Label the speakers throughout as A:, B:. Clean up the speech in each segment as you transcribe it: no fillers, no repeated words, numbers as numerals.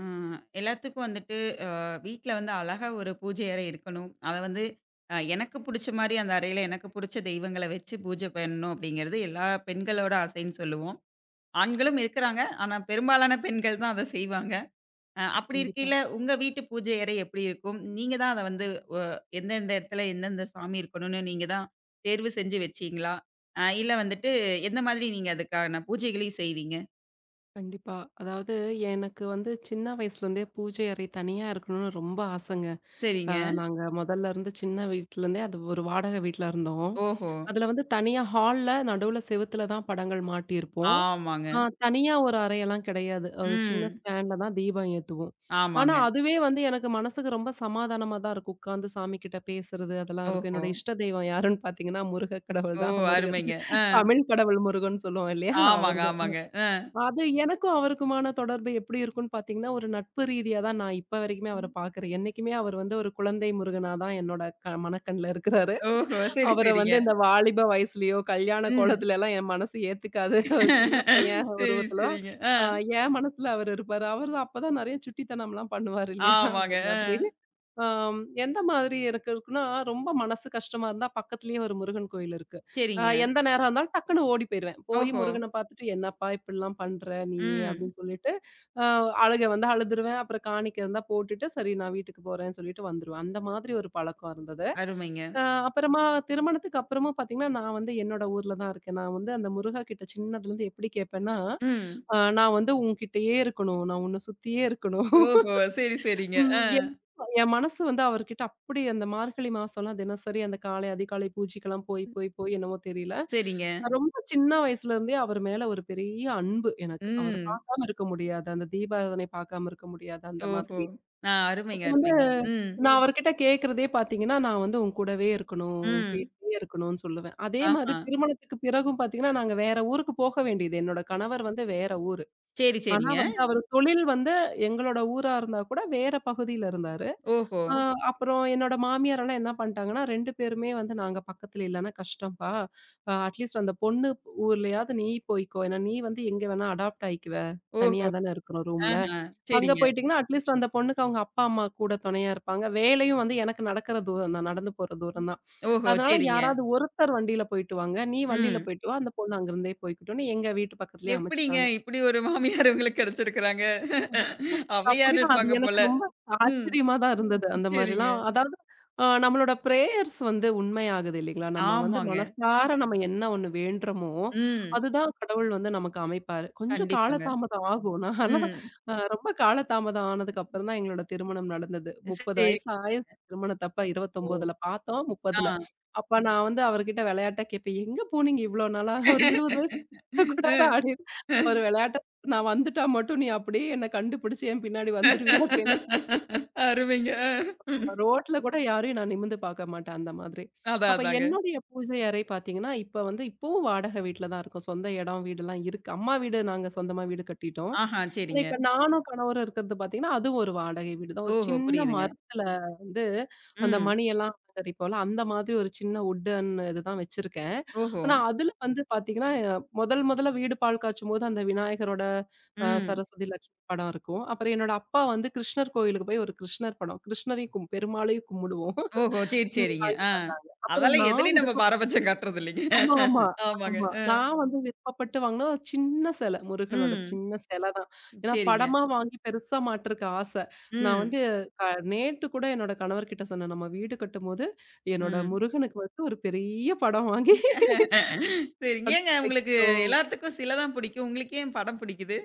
A: அ எல்லாத்துக்கும் வந்துட்டு வீட்ல வந்து அழகா ஒரு பூஜை அறை இருக்கணும். அத வந்து எனக்கு புடிச்ச மாரி அந்த அறையில எனக்கு புடிச்ச தெய்வங்கள வச்சு பூஜை பண்ணணும் அப்படிங்கிறது எல்லா பெண்களோட ஆசைன்னு சொல்லுவோம். ஆண்களும் இருக்கிறாங்க. ஆனா பெரும்பாலான பெண்கள் தான் அத செய்வாங்க. அப்படி
B: கண்டிப்பா,
A: இருக்கையில உங்க வீட்டு பூஜை அறை எப்படி இருக்கும்? நீங்க தான் அத வந்து ஒ எந்தெந்த இடத்துல எந்தெந்த சாமி இருக்கணும்னு நீங்க தான் தேர்வு செஞ்சு வச்சீங்களா? இல்ல வந்துட்டு எந்த மாதிரி நீங்க அதுக்கான பூஜைகளையும் செய்வீங்க?
B: கண்டிப்பா. அதாவது எனக்கு வந்து சின்ன வயசுலேருந்தே பூஜை அறை தனியா இருக்கணும்னு ரொம்ப ஆசைங்க. அ
A: சரிங்க.
B: நாங்க மொதல்ல இருந்து சின்ன வீட்லருந்தே அது ஒரு வாடகை வீட்ல இருந்தோம்.
A: ஓஹோ!
B: அதுல வந்து தனியா ஹால்ல நடுவுல செவுத்துல தான் படங்கள் மாட்டியிருப்போம்.
A: ஆமாங்க.
B: தனியா ஒரு அறையெல்லாம் கிடையாது. அது சின்ன
A: ம்.
B: ஸ்டாண்ட்ல தான் தீபம் ஏத்துவோம். ஆனா,
A: ஆமாங்க.
B: அதுவே வந்து எனக்கு மனசுக்கு ரொம்ப சமாதானமா தான் இருக்கும். உட்கார்ந்து சாமிகிட்ட பேசுறது அதெல்லாம் இருக்கும்.
A: ஓஹோ!
B: என்னோட இஷ்ட தெய்வம் யாருன்னு பார்த்தீங்கன்னா, முருக கடவுள்
A: ஓ!
B: தான். முருகன்
A: அருமைங்க. ஆ.
B: தமிழ் கடவுள் முருகன்னு சொல்லுவோம் இல்லையா?
A: ஆமாங்க,
B: அவரு தான்.
A: ஆமாங்க. ஆ.
B: அது எனக்கும் அவருக்குமான தொடர்பு எப்படி இருக்கும்னு பார்த்தீங்கன்னா, ஒரு நட்பு ரீதியா தான் நான் இப்ப வரைக்குமே அவர பார்க்குறேன். என்னைக்குமே அவர் வந்து ஒரு குழந்தை முருகனா தான் என்னோட மனக்கண்ல இருக்கிறாரு.
A: ஓஹோ! சரி,
B: அவர
A: சரிங்க.
B: வந்து இந்த வாலிப வயசுலயோ, கல்யாண
A: ம்.
B: கோலத்துலலாம் என் மனசு ஏத்துக்காது. ஒரு சின்ன பையன்
A: சரி,
B: உருவத்துல,
A: சரிங்க. ஆ.
B: அ என் மனசுல அவரு இருப்பாரு. அவரு அப்பதான் நெறைய சுட்டித்தனம்லாம் பண்ணுவாரு இல்லையா? அந்த
A: ஆமாங்க. ஆ.
B: மாதிரி. ஆம் எந்த மாதிரி எனக்கு இருக்குன்னா, ரொம்ப மனசு கஷ்டமா இருந்தா பக்கத்துலயே ஒரு முருகன் கோயில் இருக்கு.
A: சரிங்க.
B: எந்த நேரம் இருந்தாலும் டக்குன்னு ஓடி போயிருவேன். போய்
A: ஓஹோ!
B: முருகன பார்த்துட்டு, "என்னப்பா இப்படிலாம் பண்ற நீ?"
A: ம்.
B: அப்படின்னு சொல்லிட்டு, அ அழுகை வந்தா அழுதுருவேன். அப்புறம் காணிக்கை இருந்தா போட்டுட்டு, "சரி நான் வீட்டுக்கு போறேன்னு" சொல்லிட்டு வந்துருவேன். அந்த மாதிரி ஒரு பழக்கம் இருந்தது.
A: அருமைங்க.
B: அப்புறமா திருமணத்துக்கு அப்புறமும் பார்த்தீங்கன்னா, நான் வந்து என்னோட ஊர்ல தான் இருக்கேன். நான் வந்து அந்த முருகா கிட்ட சின்னதுலருந்து எப்படி கேட்பேன்னா,
A: ம்.
B: நான் வந்து உன்கிட்டயே இருக்கணும். நான் உன்ன சுத்தியே இருக்கணும்.
A: ஓஹோ! சரி, சரிங்க.
B: ம்
A: ஆ.
B: என் என் மனசு வந்து அவர்கிட்ட அப்படி அந்த மார்கழி மாசம்லாம் தினசரி அந்த காலை அதிகாலை பூஜைக்கெல்லாம் போய், போய், போய் என்னவோ தெரியல.
A: சரிங்க.
B: ரொம்ப சின்ன வயசுலருந்தே அவர் மேல ஒரு பெரிய அன்பு எனக்கு. அவர
A: ம்.
B: பார்க்காம இருக்க முடியாது. அந்த தீபாராதனை பார்க்காம இருக்க முடியாது. அந்த
A: ஓஹோ!
B: மாதிரி.
A: ஆ
B: அப்ப
A: அருமைங்க,
B: வந்து
A: அருமைங்க. ம்.
B: நான் ம். அவர்கிட்ட கேட்கிறதே பார்த்தீங்கன்னா, நான் வந்து உன் கூடவே இருக்கணும்.
A: ம்.
B: உன்கிட்டயே இருக்கணும்னு சொல்லுவேன். அதே மாரி
A: ஆஹா.
B: திருமணத்துக்கு பிறகும் பார்த்தீங்கன்னா, நாங்க வேற ஊருக்கு போக வேண்டியது. என்னோட கணவர் வந்து வேற ஊரு.
A: சரி,
B: ஆனா
A: சரிங்க.
B: வந்து அவரு தொழில் வந்து எங்களோட ஊரா இருந்தா கூட வேற பகுதியில இருந்தாரு.
A: ஓஹோ!
B: ஆ அப்புறம் என்னோட மாமியாரெல்லாம் என்ன பண்ணிட்டாங்கன்னா, 2 பேருமே வந்து நாங்க பக்கத்துல இல்லன்னா கஷ்டம்ப்பா. அட்லீஸ்ட் அந்த பொண்ணு ஊர்லயாவது நீ போய்க்கோ. ஏன்னா நீ வந்து எங்க வேணா அடாப்ட் ஆயிக்குவ.
A: ஓஹோ!
B: தனியா தானே இருக்கிறோம் ரூம்ல.
A: ஆஹா.
B: அங்க
A: சரிங்க.
B: போயிட்டீங்கன்னா, அட்லீஸ்ட் அந்த பொண்ணுக்கு அவங்க அப்பா, அம்மா கூட துணையா இருப்பாங்க. வேலையும் வந்து எனக்கு நடக்கிற தூரம் தான். நடந்து போற தூரம் தான்.
A: ஓஹோ!
B: அதனால
A: சரிங்க.
B: யாராவது ஒருத்தர் வண்டியில போயிட்டு வாங்க. நீ வண்டியில
A: ம்.
B: போயிட்டு வா. அந்த பொண்ணு அங்கிருந்தே போய்க்கட்டும்ன்னு எங்க வீட்டு பக்கத்துலயே
A: எப்படிங்க
B: அமைச்சுட்டாங்க.
A: இப்படி ஒரு மாமியார் உங்களுக்கு கிடைச்சிருக்கிறாங்க? அவையார்
B: அப்படிதான். அது
A: இருப்பாங்க
B: எனக்கு
A: போல.
B: ரொம்ப
A: ம்.
B: ஆச்சரியமா தான் இருந்தது. அந்த
A: சரிங்க.
B: மாரிலாம் அதாவது நம்மளோட பிரேயர்ஸ் வந்து உண்மையாகுது இல்லைங்களா? நம்ம வந்து
A: ஆமாங்க.
B: மனசார நம்ம என்ன ஒண்ணு வேண்டுறோமோ,
A: ம்.
B: அதுதான் கடவுள் வந்து நமக்கு அமைப்பாரு. கொஞ்சம்
A: கண்டிப்பாங்க.
B: காலதாமதம் ஆகும். நான்லாம்
A: ம்.
B: ரொம்ப காலதாமதம் ஆனதுக்கப்புறம் தான் எங்களோட திருமணம் நடந்தது. 30
A: சரி.
B: வயசு ஆயிருச்சு திருமணத்தப்ப
A: ஓ!
B: 29ல பார்த்தோம்,
A: ஆ.
B: 30ல. அப்ப நான் வந்து அவர்கிட்ட விளையாட்டா கேட்பேன், "எங்க போனீங்க இவ்வளோ நாளா? ஒரு 20 வயசு கூட" ஆடி ஒரு விளையாட்டு நான் வந்துட்டா மட்டும் நீ அப்படியே என்ன கண்டுபிடிச்சு என் பின்னாடி வந்துருவியா? அப்படின்னு
A: அருமைங்க. அ.
B: ரோட்ல கூட யாரையும் நான் நிமிர்ந்து பார்க்க மாட்டேன் அந்த மாதிரி.
A: அதான்,
B: அப்ப
A: அதாங்க.
B: என்னுடைய பூஜை அறை பார்த்தீங்கன்னா, இப்ப வந்து இப்பவும் வாடகை வீட்ல தான் இருக்கோம். சொந்த இடம், வீடுலாம் இருக்கு. அம்மா வீடு நாங்க சொந்தமா வீடு கட்டிட்டோம்.
A: ஆஹா,
B: ஆனா,
A: சரிங்க.
B: இப்ப நானும் கணவரும் இருக்கிறது பார்த்தீங்கன்னா, அதுவும் ஒரு வாடகை வீடு தான். ஒரு
A: ஓஹோ!
B: சின்ன
A: புரியுதுங்க.
B: மரத்துல வந்து அந்த
A: ம்.
B: மணியெல்லாம் அலங்கரிப்போம்ல, அந்த மாதிரி ஒரு சின்ன வுட்டன் இதுதான் வச்சிருக்கேன்.
A: ஓஹோ!
B: ஆனா, அதுல வந்து பார்த்தீங்கன்னா, முதல் முதல்ல வீடு பால் காய்ச்சும்போது அந்த விநாயகரோட
A: ம்.
B: சரஸ்வதி லட்சுமி படம் இருக்கும். அப்புறம் என்னோட அப்பா வந்து கிருஷ்ணர் கோயிலுக்கு போய் ஒரு கிருஷ்ணர் படம், கிருஷ்ணரையும் பெருமாளையும் கும்பிடுவோம்.
A: ஓஹோ! சரி,
B: ம்
A: சரிங்க.
B: வாங்கி
A: ஆ.
B: தந்தாங்க. அப்புறம்
A: அதெல்லாம்
B: நான்
A: எதுலயும் நம்ம
B: விருப்ப
A: பாரபட்சம் காட்டுறது இல்லைங்க.
B: ஆமா, ஆமா,
A: ஆமாங்க.
B: ஆமா.
A: அ.
B: நான் வந்து விருப்பப்பட்டு வாங்குன ஒரு சின்ன சிலை. முருகனோட
A: ம்.
B: சின்ன சிலை தான். ஏன்னா
A: சரிங்க.
B: படமா வாங்கி பெருசா மாட்டுறக்கு ஆசை. நான்
A: ம்.
B: வந்து அ நேத்து கூட என்னோட கணவர்கிட்ட சொன்னேன். நம்ம வீடு கட்டும்போது என்னோட
A: ம்.
B: முருகனுக்கு வந்து ஒரு பெரிய படம் வாங்கி
A: சரிங்க. ஏங்க உங்களுக்கு
B: வைக்கணும்.
A: எல்லாத்துக்கும் சில தான் பிடிக்கும். உங்களுக்கு ஏன் படம் பிடிக்குது?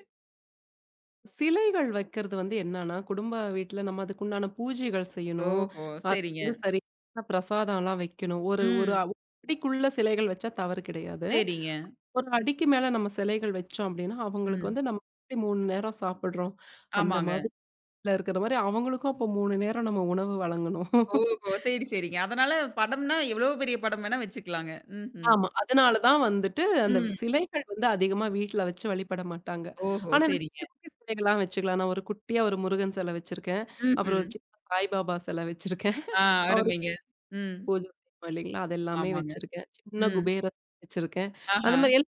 B: சிலைகள் வைக்கிறது வந்து என்னன்னா, குடும்ப வீட்ல நம்ம அதுக்குண்டான பூஜைகள் செய்யணும்.
A: ஓஹோ!
B: அது
A: சரிங்க.
B: வந்து சரியான பிரசாதம்லாம் வைக்கணும். ஒரு ஒரு
A: ம்.
B: அடிக்குள்ள சிலைகள் வச்சா தவறு கிடையாது.
A: சரிங்க.
B: ஒரு அடிக்கு மேல நம்ம சிலைகள் வச்சோம் அப்டின்னா, அவங்களுக்கு
A: ம்.
B: வந்து நம்ம எப்படி 3 நேரம் சாப்பிடுறோம், அந்த
A: ஆமாங்க.
B: மாதிரில இருக்கிற மாரி அவங்களுக்கும் அப்போ 3 நேரம் நம்ம உணவு வழங்கணும்.
A: ஓஹோ! சரி, சரிங்க. அதனால படம்னா எவ்வளோ பெரிய படம் வேணா வச்சுக்கலாங்க. ம்ஹ்ம்.
B: ஆமா. அதனால தான் வந்துட்டு அந்த
A: ம்.
B: சிலைகள் வந்து அதிகமா வீட்ல வச்சு வழிபட மாட்டாங்க.
A: ஓஹோ!
B: ஆனா இந்த
A: சரிங்க.
B: குட்டி குட்டி சிலைகள்லாம் வச்சுக்கலாம். நான் ஒரு குட்டியா ஒரு முருகன் சிலை வச்சிருக்கேன். அப்புறம் ஒரு
A: ம்ஹ்ம்.
B: சின்ன சாய்பாபா சிலை வச்சிருக்கேன்.
A: ஆ
B: அவருக்கு
A: அருமைங்க. ம்.
B: பூஜை செய்வோம் இல்லைங்களா? அது எல்லாமே
A: ஆமாங்க.
B: வச்சிருக்கேன். சின்ன
A: ம்.
B: குபேர வச்சிருக்கேன். அந்த
A: ஆஹா.
B: மாரி எல்லாம்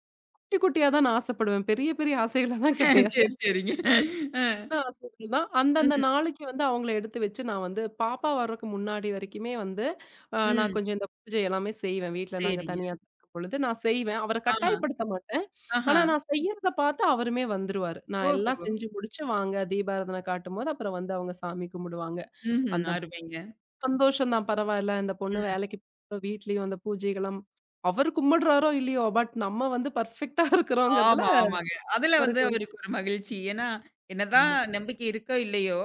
B: குட்டி குட்டியா தான் நான் ஆசைப்படுவேன். பெரிய பெரிய ஆசைகள்லாம் கிடையாது.
A: சரி, சரிங்க. அ.
B: ஆசிரியர்கள் தான். அந்தந்த
A: ம்.
B: நாளைக்கு வந்து அவங்கள எடுத்து வச்சு நான் வந்து பாப்பா வர்றக்கு முன்னாடி வரைக்குமே வந்து, நான்
A: ம்.
B: கொஞ்சம் இந்த பூஜை எல்லாமே செய்வேன். வீட்ல நாங்க
A: சரிங்க.
B: தனியா இருக்கும் பொழுது நான் செய்வேன். அவர
A: ஆஹா.
B: கட்டாயப்படுத்த மாட்டேன்.
A: ஆஹா.
B: ஆனா நான் செய்யறத பார்த்து அவருமே வந்துருவாரு. நான் எல்லாம்
A: ஓஹோ!
B: செஞ்சு முடிச்சு, "வாங்க" தீபாராதன காட்டும்போது, அப்புறம் வந்து அவங்க சாமி கும்பிடுவாங்க.
A: ம்ஹ்ம்.
B: அந்த
A: அருமைங்க.
B: சந்தோஷம் தான் பரவாயில்ல. இந்த பொண்ணு
A: ம்.
B: வேலைக்கு போகுது, வீட்லயும் அந்த பூஜைகளும் அவர் கும்பிடுறாரோ! இல்லையோ! பட் நம்ம வந்து பெர்ஃபெக்ட்டா இருக்கிறோங்கிறதுல
A: ஆமா, ஆமாங்க. அதுல வந்து
B: அவருக்கு வந்து
A: அவருக்கு ஒரு மகிழ்ச்சி. ஏன்னா, என்னதான்
B: ஆமா,
A: நம்பிக்கை இருக்கோ, இல்லையோ,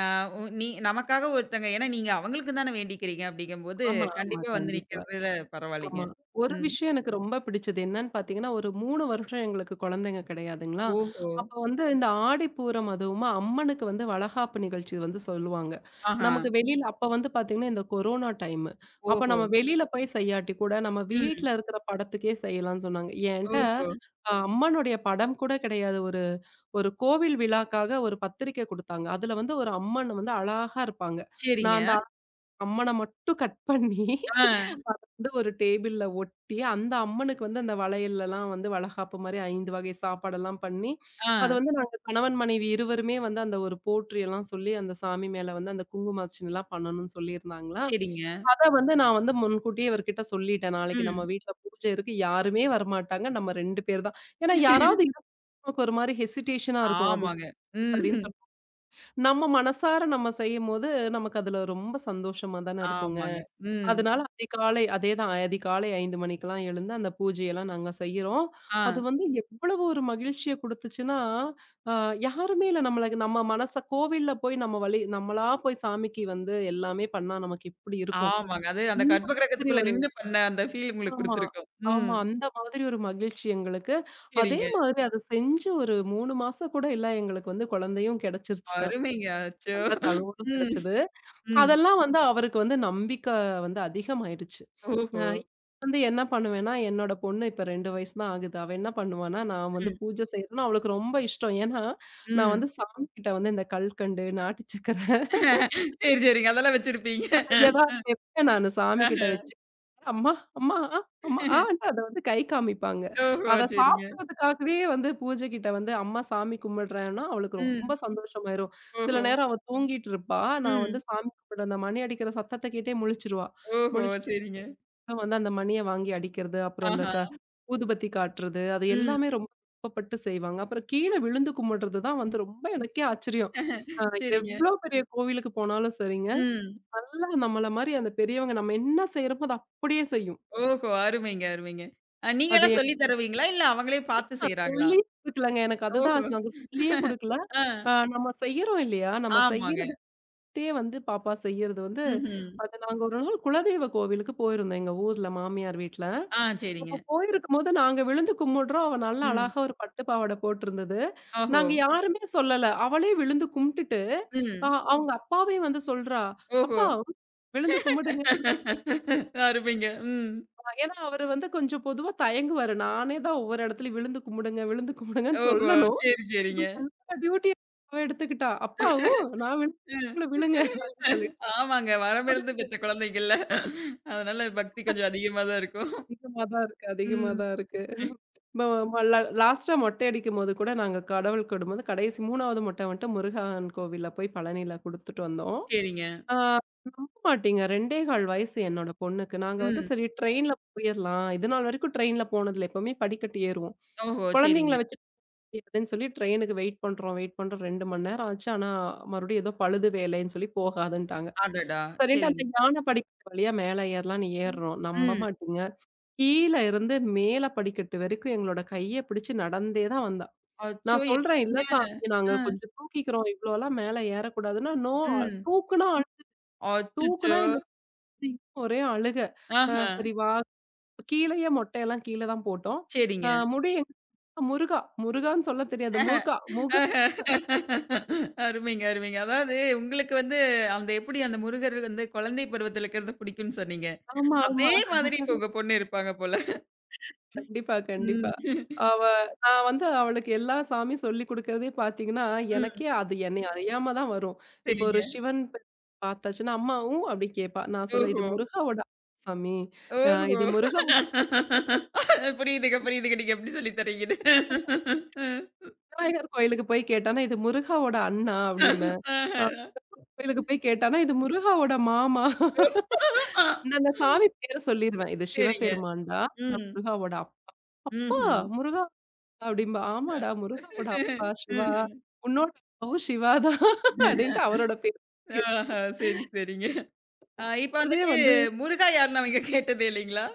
A: அ நீ நமக்காக ஒருத்தங்க ஏன்னா நீங்க அவங்களுக்கு தானே வேண்டிக்கிறீங்க அப்படிங்கும்போது,
B: ஆமா, ஆமா.
A: கண்டிப்பா வந்து
B: கண்டிப்பா.
A: நிக்கிறதுல
B: ஆமா.
A: பரவாயில்லைங்க.
B: ஒரு
A: ம்.
B: விஷயம் எனக்கு ரொம்ப பிடிச்சது என்னன்னு பார்த்தீங்கன்னா, ஒரு 3 வருஷம் எங்களுக்கு குழந்தைங்க கிடையாதுங்களா.
A: ஓஹோ!
B: அப்ப வந்து இந்த ஆடிப்பூரம் அதுவுமா அம்மனுக்கு வந்து வளகாப்பு நிகழ்ச்சி வந்து சொல்லுவாங்க.
A: ஆஹா.
B: நமக்கு வெளியில அப்ப வந்து பார்த்தீங்கன்னா, இந்த கொரோனா டைமு. அப்ப
A: ஓஹோ!
B: நம்ம வெளியில போய் செய்யாட்டி கூட, நம்ம
A: ம்.
B: வீட்ல இருக்கிற படத்துக்கே செய்யலாம்னு சொன்னாங்க. என்ட்ட
A: ஓஹோ!
B: அம்மனுடைய படம் கூட கிடையாது. ஒரு ஒரு கோவில் விழாக்காக ஒரு பத்திரிக்கை குடுத்தாங்க. அதுல வந்து ஒரு அம்மன் வந்து அழகா இருப்பாங்க. நான்
A: சரிங்க.
B: அந்த அம்மன மட்டும் கட் பண்ணி
A: ஆ,
B: வந்து ஒரு டேபிள்ல ஒட்டி, அந்த அம்மனுக்கு வந்து அந்த வளையல்லலாம் வந்து வளகாப்பு மாரி 5 வகை சாப்பாடெல்லாம் பண்ணி,
A: ஆ.
B: அத வந்து நாங்க கணவன், மனைவி இருவருமே வந்து அந்த ஒரு போற்றி எல்லாம் சொல்லி, அந்த சாமி மேல வந்து அந்த குங்கும அர்ச்சனைலாம் பண்ணணும்னு சொல்லியிருந்தாங்களா,
A: சரிங்க.
B: அத வந்து நான் வந்து முன்கூட்டியே இவர்கிட்ட சொல்லிட்டேன். நாளைக்கு நம்ம
A: ம்.
B: வீட்ல பூஜை இருக்கு. யாருமே வரமாட்டாங்க. நம்ம 2 பேர் தான். ஏன்னா யாராவது இருந்தா நமக்கு ஒரு மாரி ஹெசிடேஷனா இருக்கும். அது
A: ஆமாங்க.
B: சரின்னு
A: ம்.
B: சொல் நம்ம மனசார நம்ம செய்யும்போது, நமக்கு அதுல ரொம்ப சந்தோஷமா தானே இருக்குங்க.
A: ஆமாங்க. ம்.
B: அதனால அதிகாலை அதேதான் அதிகாலை 5 மணிக்கெல்லாம் எழுந்து அந்த பூஜையெல்லாம் நாங்க செய்யிறோம்.
A: ஆ.
B: அது வந்து எவ்வளவு ஒரு மகிழ்ச்சிய குடுத்துச்சுன்னா, அ யாருமே இல்ல நம்மளுக்கு நம்ம மனச கோவில்ல போய் நம்ம வழி நம்மளா போய் சாமிக்கு வந்து எல்லாமே பண்ணா நமக்கு எப்படி இருக்கும்?
A: ஆமாங்க. அது அந்த
B: இந்த
A: கர்ப்ப
B: மாதிரி
A: கிரகத்துக்குள்ள
B: ஒரு
A: நின்னு பண்ண அந்த ஃபீல் உங்களுக்கு
B: ஆமா,
A: குடுத்திருக்கும். ம்.
B: ஆமா. அந்த மாதிரி ஒரு மகிழ்ச்சி எங்களுக்கு. அதே
A: சரிங்க.
B: மாதிரி அத செஞ்சு ஒரு 3 மாசம் கூட இல்ல எங்களுக்கு வந்து குழந்தையும் கிடைச்சிருச்சு தான்.
A: அருமைங்க. அச்சோ!
B: நல்ல தகவலும்
A: ம்,
B: கிடைச்சது.
A: ம்.
B: அதெல்லாம் வந்து அவருக்கு வந்து நம்பிக்க வந்து அதிகமாயிடுச்சு. அ
A: ஓஹோ!
B: வந்து என்ன பண்ணுவேன்னா, என்னோட பொண்ணு இப்ப 2 வயசு தான் ஆகுது. அவ என்ன பண்ணுவான்னா, நான் வந்து
A: ம்,
B: பூஜை செய்யறதுன்னா அவளுக்கு ரொம்ப இஷ்டம். ஏன்னா, நான்
A: ம்.
B: வந்து சாமிகிட்ட வந்து இந்த கல்கண்டு, நாட்டு சக்கர
A: சரி, சரிங்க. அதெல்லாம் வச்சிருப்பீங்க.
B: ஏதாவது வைப்பேன் நானு
A: ஆஹ.
B: சாமிகிட்ட வச்சு. அம்மா, அம்மா, ஆ, அம்மா, ஆன்ட்டு அத வந்து கை காமிப்பாங்க.
A: ஓஹோ!
B: அத
A: சரிங்க.
B: சாப்பிடுறதுக்காகவே வந்து பூஜை கிட்ட வந்து அம்மா சாமி கும்பிடுறேன்னா, அவளுக்கு
A: ம்.
B: ரொம்ப சந்தோஷமாயிரும். சில
A: ஓஹோ!
B: நேரம் அவ தூங்கிட்டு இருப்பா. நான் வந்து
A: ம்.
B: சாமி கும்பிட அந்த மணி அடிக்கிற சத்தத்த கேட்டே முழிச்சுருவா.
A: ஓஹோ!
B: முழிச்சுட்டு
A: சரிங்க.
B: வந்து அந்த மணிய வாங்கி அடிக்கிறது, அப்புறம் அந்த
A: ஆஹா.
B: ஊதுபத்தி காட்டுறது, அது
A: ம்.
B: எல்லாமே ரொம்ப விருப்பப்பட்டு செய்வாங்க. அப்புறம் கீழ விழுந்து கும்பிடுறது தான் வந்து
A: ம்.
B: ரொம்ப எனக்கே ஆச்சரியம். அ
A: சரிங்க.
B: எவ்ளோ பெரிய கோவிலுக்கு போனாலும் சரிங்க,
A: ம்.
B: நல்லா நம்மள மாரி அந்த பெரியவங்க நம்ம என்ன செய்றோமோ, அத அப்படியே செய்யும்.
A: ஓஹோ! அருமைங்க, அருமைங்க.
B: அது
A: நீங்களா சொல்லி தருவீங்களா? இல்ல அவங்களே பார்த்து செய்றாங்களா?
B: சொல்லியே குடுக்கலங்க. எனக்கு
A: ஓஹோ!
B: அதுதான் நாங்க சொல்லியே குடுக்கல.
A: ஆ.
B: நம்ம செய்யறோம் இல்லையா? நம்ம
A: ஆமாங்க.
B: செய்யறதே வந்து பாப்பா செய்யறது வந்து
A: ம்ஹ்ம்.
B: அது நாங்க ஒரு நாள் குலதெய்வ கோவிலுக்கு போயிருந்தோம் எங்க ஊர்ல மாமியார் வீட்ல.
A: ஆ சரிங்க.
B: அப்ப போயிருக்கும்போது நாங்க விழுந்து கும்பிடுறோம். அவ நல்லா
A: ம்.
B: அழகா ஒரு பட்டு பாவாடை போட்டிருந்தது.
A: ஓஹோ!
B: நாங்க யாருமே சொல்லல. அவளே விழுந்து கும்பிட்டுட்டு, அ
A: ம்.
B: அவங்க அப்பாவே வந்து சொல்றா,
A: ஓஹோ!
B: "அப்பா விழுந்து கும்பிடுங்கன்னு" சொன்னா.
A: அருமைங்க. ம்.
B: ஏன்னா அவரு வந்து கொஞ்சம் பொதுவா தயங்குவாரு. நானே தான் ஒவ்வொரு இடத்துலயும் விழுந்து கும்பிடுங்க, விழுந்து கும்பிடுங்கன்னு
A: ஓஹோ!
B: சொல்லணும்.
A: சரி, சரிங்க.
B: இப்ப தன்னோட டியூட்டிய அவ எடுத்துக்கிட்டா. அப்பாவும் நான் விழுந்தேன்
A: ம்.
B: நீங்களும் விழுங்க அப்படின்னு சொல்லிட்டு.
A: ஆமாங்க. வரமிருந்து
B: அது
A: பெத்த குழந்தைகள்ல. அதனால பக்தி கொஞ்சம் அதிகமா தான் இருக்கும்.
B: அதிகமா தான் இருக்கு அதிகமா
A: ம்.
B: தான் இருக்கு. ம ம லா லாஸ்ட்டா மொட்டை அடிக்கும்போது கூட நாங்க கடவுள் கூடும்போது கடைசி 3வது மொட்டை வந்துட்டு முருகன் கோவில்ல போய் பழனியில குடுத்துட்டு வந்தோம்.
A: சரிங்க.
B: ஆ நம்ப மாட்டீங்க 2 1/4 வயசு என்னோட பொண்ணுக்கு. நாங்க வந்து
A: ம்.
B: சரி ட்ரெயின்ல போயிரலாம். இது நாள் வரைக்கும் ட்ரெயின்ல போனதில்ல. எப்பவுமே படிக்கட்டு ஏறுவோம்.
A: ஓஹோ! சரிங்க.
B: குழந்தைங்கள வச்சுட்டு முடியாதுன்னு சொல்லி ட்ரெயினுக்கு வெயிட் பண்றோம் 2 மணி நேரம் ஆச்சு. ஆனா மறுபடியும் ஏதோ பழுது வேலைன்னு சொல்லி போகாதுன்ட்டாங்க.
A: அடடா!
B: சரின்ட்டு அந்த
A: சரிங்க.
B: யான படிக்கட்டு வழியா மேல ஏறலான்னு
A: ம்.
B: ஏறுறோம். நம்ப
A: ம்.
B: மாட்டீங்க. கீழ இருந்து மேல படிக்கட்டு வரைக்கும் எங்களோட கைய பிடிச்சு நடந்தே தான் வந்தா.
A: அச்சோ!
B: நான் சொல்றேன், "இல்ல
A: எப்படிங்க?
B: சாமி நாங்க
A: அ.
B: கொஞ்சம் தூக்கிக்கிறோம். இவ்ளோலாம் மேல ஏறக்கூடாதுன்னா" "நோ அ
A: ம்.
B: தூக்குனா அழு தூக்குனா
A: அச்சச்சோ!
B: என்னோட இன்னும் ஒரே அழுக.
A: ஆஹா!
B: சரி வா கீழயே மொட்டையெல்லாம் கீழ தான் போட்டோம்.
A: சரிங்க.
B: முடி எங்க முருகா முருகான்னு சொல்ல தெரியாது.
A: ஆஹா!
B: முருகா முக
A: அருமைங்க, அருமைங்க. அதாவது உங்களுக்கு வந்து அந்த எப்படி அந்த முருகர் வந்து குழந்தை பருவத்தில இருக்கிறது பிடிக்கும்னு சொன்னீங்க.
B: ஆமா, ஆமா.
A: அதே மாதிரி இப்ப உங்க பொண்ணு இருப்பாங்க போல.
B: கண்டிப்பா, கண்டிப்பா.
A: ம்.
B: அவ நான் வந்து அவளுக்கு எல்லா சாமியும் சொல்லிக் குடுக்கிறதே பார்த்தீங்கன்னா, எனக்கே
A: ம்.
B: அது என்னை அறியாம தான் வரும். இப்போ
A: சரிங்க.
B: ஒரு சிவன் பார்த்தாச்சுன்னா, "அம்மா ஊ" அப்படி கேட்பா. நான் சொல்லுவேன், "இது
A: ஓஹோ!
B: முருகாவோட சாமி.
A: ஓஹோ!
B: இது முருகா
A: புரியுதுங்க, புரியுதுங்க. நீங்க எப்படி சொல்லி தர்றீங்கன்னு.
B: விநாயகர் கோயிலுக்கு போய் கேட்டானா, இது முருகாவோட அண்ணா" அப்படிம்பேன். அ
A: ஆஹா.
B: கோயிலுக்கு போய் கேட்டானா, "இது முருகாவோட மாமா." நான் அந்த சாமி பேர சொல்லிருவேன். "இது
A: சரிங்க.
B: சிவபெருமான்டா. நான்
A: ம்.
B: முருகாவோட அப்பா!
A: ம்ஹ்ம்.
B: முருகா அப்டிம்பா.
A: அ.
B: ஆமாடா முருகாவோட அப்பா சிவா.
A: ம்ஹ்ம்.
B: உன்னோட அப்பாவும் சிவா தான் அப்டின்ட்டு அவரோட பேர்
A: ஆஹா. சரி, சரிங்க. இப்ப
B: இருக்கிறதே
A: வந்துட்டு
B: வந்து
A: முருகா யாருன்னு அவங்க கேட்டதே இல்லைங்களா?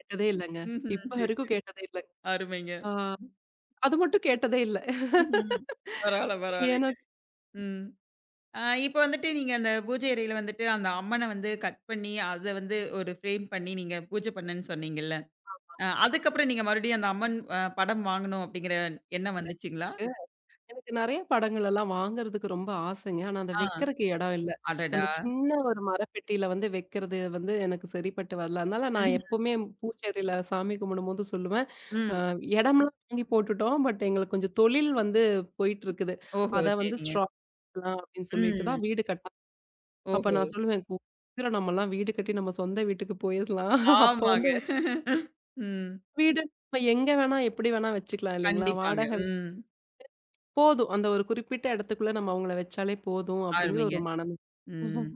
B: கேட்டதே இல்லங்க.
A: ம்ஹ்ம்.
B: இப்ப வரைக்கும்
A: சரி.
B: கேட்டதே இல்ல.
A: அருமைங்க.
B: ஆ அது மட்டும் கேட்டதே இல்ல.
A: ம்ஹ்ம். பரவால்ல,
B: ஏன்னா
A: பரவால்லைங்க. ம். அ இப்ப வந்துட்டு நீங்க அந்த பூஜை அறையில வந்துட்டு அந்த அம்மன வந்து கட் பண்ணி, அத வந்து ஒரு ஃப்ரேம் பண்ணி நீங்க பூஜை பண்ணேன்னு சொன்னீங்கல்ல? அதுக்கப்புறம் நீங்க மறுபடியும் அந்த அம்மன் அ படம் வாங்கணும் அப்படிங்கிற எண்ணம் வந்துச்சுங்களா?
B: எனக்கு நெறைய படங்கள் எல்லாம் வாங்குறதுக்கு ரொம்ப ஆசைங்க. ஆனா அத
A: ஆ.
B: வைக்கிறக்கு இடம் இல்ல.
A: அடடா!
B: அந்த சின்ன ஒரு மரப்பெட்டியில வந்து வைக்கிறது வந்து எனக்கு சரிப்பட்டு வரல. அதனால நான்
A: ம்.
B: எப்பவுமே பூஜைறையில சாமி கும்பிடும்போது சொல்லுவேன்,
A: ம்.
B: "அ இடம்லாம் வாங்கி போட்டுட்டோம். பட் எங்களுக்கு கொஞ்சம் தொழில் வந்து போயிட்டுருக்குது.
A: ஓஹோ!
B: அத வந்து
A: சரிங்க.
B: ஸ்ட்ரா லாம்" அப்படின்னு சொல்லிட்டு
A: ம்.
B: தான் வீடு கட்டலாம். அப்ப
A: ஓஹோ!
B: நான் சொல்லுவேன், "கூ சீக்கிரம் நம்மலாம் வீடு கட்டி நம்ம சொந்த வீட்டுக்கு போயிரலாம். அப்போ
A: ஆமாங்க.
B: வந்து உங்க
A: ம்.
B: வீடு நம்ம எங்க வேணா, எப்படி வேணா வச்சுக்கலாம் இல்லைங்களா?
A: கண்டிப்பாங்க.
B: வாடகை
A: ம்.
B: போதும். அந்த ஒரு குறிப்பிட்ட இடத்துக்குள்ள நம்ம அவங்கள வச்சாலே போதும் அப்படிங்கிற
A: அருமைங்க.
B: ஒரு மனநிலை.
A: ம்.
B: ம்ஹ்ம்.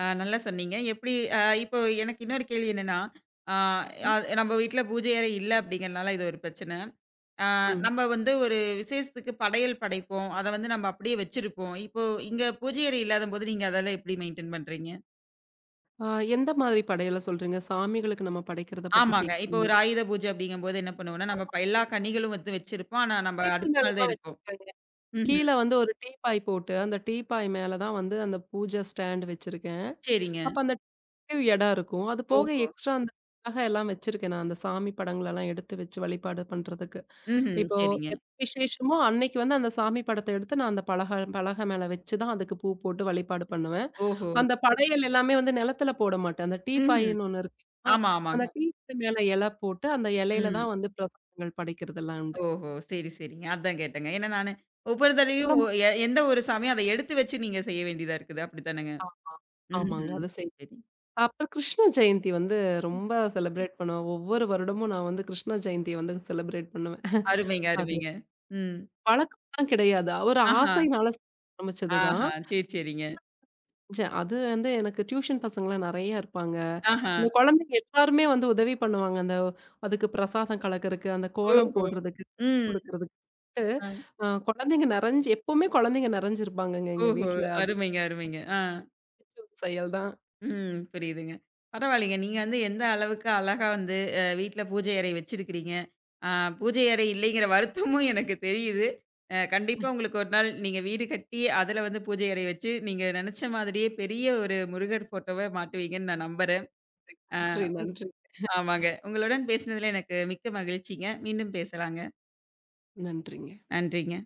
A: நல்லா சொன்னீங்க. எப்படி இப்போ எனக்கு இன்னொரு கேள்வி என்னன்னா, ஆ அது நம்ம வீட்ல பூஜை அறை இல்ல அப்படிங்கிறனால இது ஒரு பிரச்சனை. ஆ
B: ம்.
A: நம்ம வந்து ஒரு விசேஷத்துக்கு படையல் படைப்போம். அத வந்து நம்ம அப்படியே வச்சிருப்போம். இப்போ இங்க பூஜை அறை இல்லாதபோது நீங்க அதெல்லாம் எப்படி மெயின்டெயின் பண்றீங்க?
B: ஆ எந்த மாதிரி படையல சொல்றீங்க? சாமிகளுக்கு நம்ம படைக்கிறத பத்தி
A: ஆமாங்க. இப்போ
B: கேட்கிறீங்களா?
A: ஒரு ஆயுத பூஜை அப்படிங்கும்போது என்ன பண்ணுவோம்னா, நம்ம
B: ஆமா.
A: ப எல்லா கனிகளும் வந்து வச்சிருப்போம். ஆனா நம்ம
B: டேபிள்
A: அடுத்த
B: மேல
A: நாள் தான்
B: தான்
A: எடுப்போம்.
B: வச்சிருக்கேங்க. கீழ
A: ம்ஹ்ம்.
B: வந்து ஒரு டீப்பாய் போட்டு, அந்த டீப்பாய் மேல தான் வந்து அந்த பூஜை ஸ்டாண்ட் வச்சிருக்கேன்.
A: சரிங்க.
B: அப்ப அந்த டீவ் இடம் இருக்கும். அது போக
A: ஓஹோ!
B: எக்ஸ்ட்ரா அந்த நகை எல்லாம் வச்சிருக்கேன் நான். அந்த சாமி படங்களெல்லாம் எடுத்து வச்சு வழிபாடு பண்றதுக்கு.
A: ம்ஹ்ம்.
B: இப்போ
A: சரிங்க.
B: விசேஷமோ அன்னைக்கு வந்து அந்த சாமி படத்த எடுத்து நான் அந்த பலகை பலகை மேல வச்சு தான் அதுக்கு பூ போட்டு வழிபாடு பண்ணுவேன்.
A: ஓஹோ!
B: அந்த படையல் எல்லாமே வந்து நிலத்துல போட மாட்டேன். அந்த
A: ம்ஹ்ம்.
B: டீப்பாயின்னு ஒண்ணு இருக்கு. ஆ
A: ஆமா,
B: அந்த
A: ஆமாங்க.
B: டீக்கு மேல இல போட்டு, அந்த இலையில
A: ம்.
B: தான் வந்து பிரசாதங்கள் படைக்கிறதெல்லாம் உண்டு.
A: ஓஹோ! சரி, சரிங்க. அதான் கேட்டேங்க. ஏன்னா நானு ஒவ்வொரு
B: சொல்ல
A: தடவையும் ஒ
B: மாட்டா
A: எ எந்த ஒரு சமயம் அத எடுத்து வச்சு நீங்க செய்ய வேண்டியதா இருக்குது. அப்படித்தானங்க?
B: ஆமா. ஆமாங்க.
A: ம்ஹ்ம்.
B: அது
A: சரி,
B: செய்
A: சரி.
B: அப்புறம் கிருஷ்ண ஜெயந்தி வந்து ரொம்ப செலிப்ரேட் பண்ணுவேன். ஒவ்வொரு வருடமும் நான் வந்து கிருஷ்ண ஜெயந்திய வந்து செலிப்ரேட் பண்ணுவேன்.
A: அருமைங்க,
B: அது
A: அருமைங்க. ம்.
B: பழக்கம்லாம் கிடையாது. ஒரு
A: ஆஹா,
B: ஆசையினால ஆரம்பிச்சது தான்.
A: ஆஹா. சரி, சரிங்க.
B: அது வந்து எனக்கு டியூஷன் பசங்கலாம் நெறைய இருப்பாங்க.
A: ஆஹா.
B: இந்த குழந்தைங்க எல்லாருமே வந்து உதவி பண்ணுவாங்க. அந்த அதுக்கு பிரசாதம் கலக்கறக்கு, அந்த கோலம்
A: ஓஹோ!
B: போடுறதுக்கு,
A: ம்.
B: குடுக்குறதுக்கு
A: அ.
B: குழந்தைங்க நெறைஞ்சு எப்பவுமே குழந்தைங்க நெறைஞ்சிருப்பாங்கங்க எங்க
A: ஓஹோ!
B: வீட்ல. அது
A: அருமைங்க, அருமைங்க. ஆ.
B: புடிச்ச ஒரு செயல் தான்.
A: ம். புரியுதுங்க. பரவாயில்லைங்க. நீங்க வந்து எந்த அளவுக்கு அழகா வந்து வீட்ல பூஜை அறை வச்சிருக்கிறீங்க. அ பூஜை அறை இல்லைங்கிற வருத்தமும் எனக்கு தெரியுது. கண்டிப்பா உங்களுக்கு ஒரு நாள் நீங்க வீடு கட்டி, அதுல வந்து பூஜை அறை வச்சு, நீங்க நெனச்ச மாதிரியே பெரிய ஒரு முருகர் ஃபோட்டோவ மாட்டுவீங்கன்னு நான் நம்புறேன்.
B: நன்றி, நன்றி,
A: ஆமாங்க. உங்களுடன் பேசினதுல எனக்கு மிக்க மகிழ்ச்சிங்க. மீண்டும் பேசலாங்க.
B: நன்றிங்க.
A: நன்றிங்க.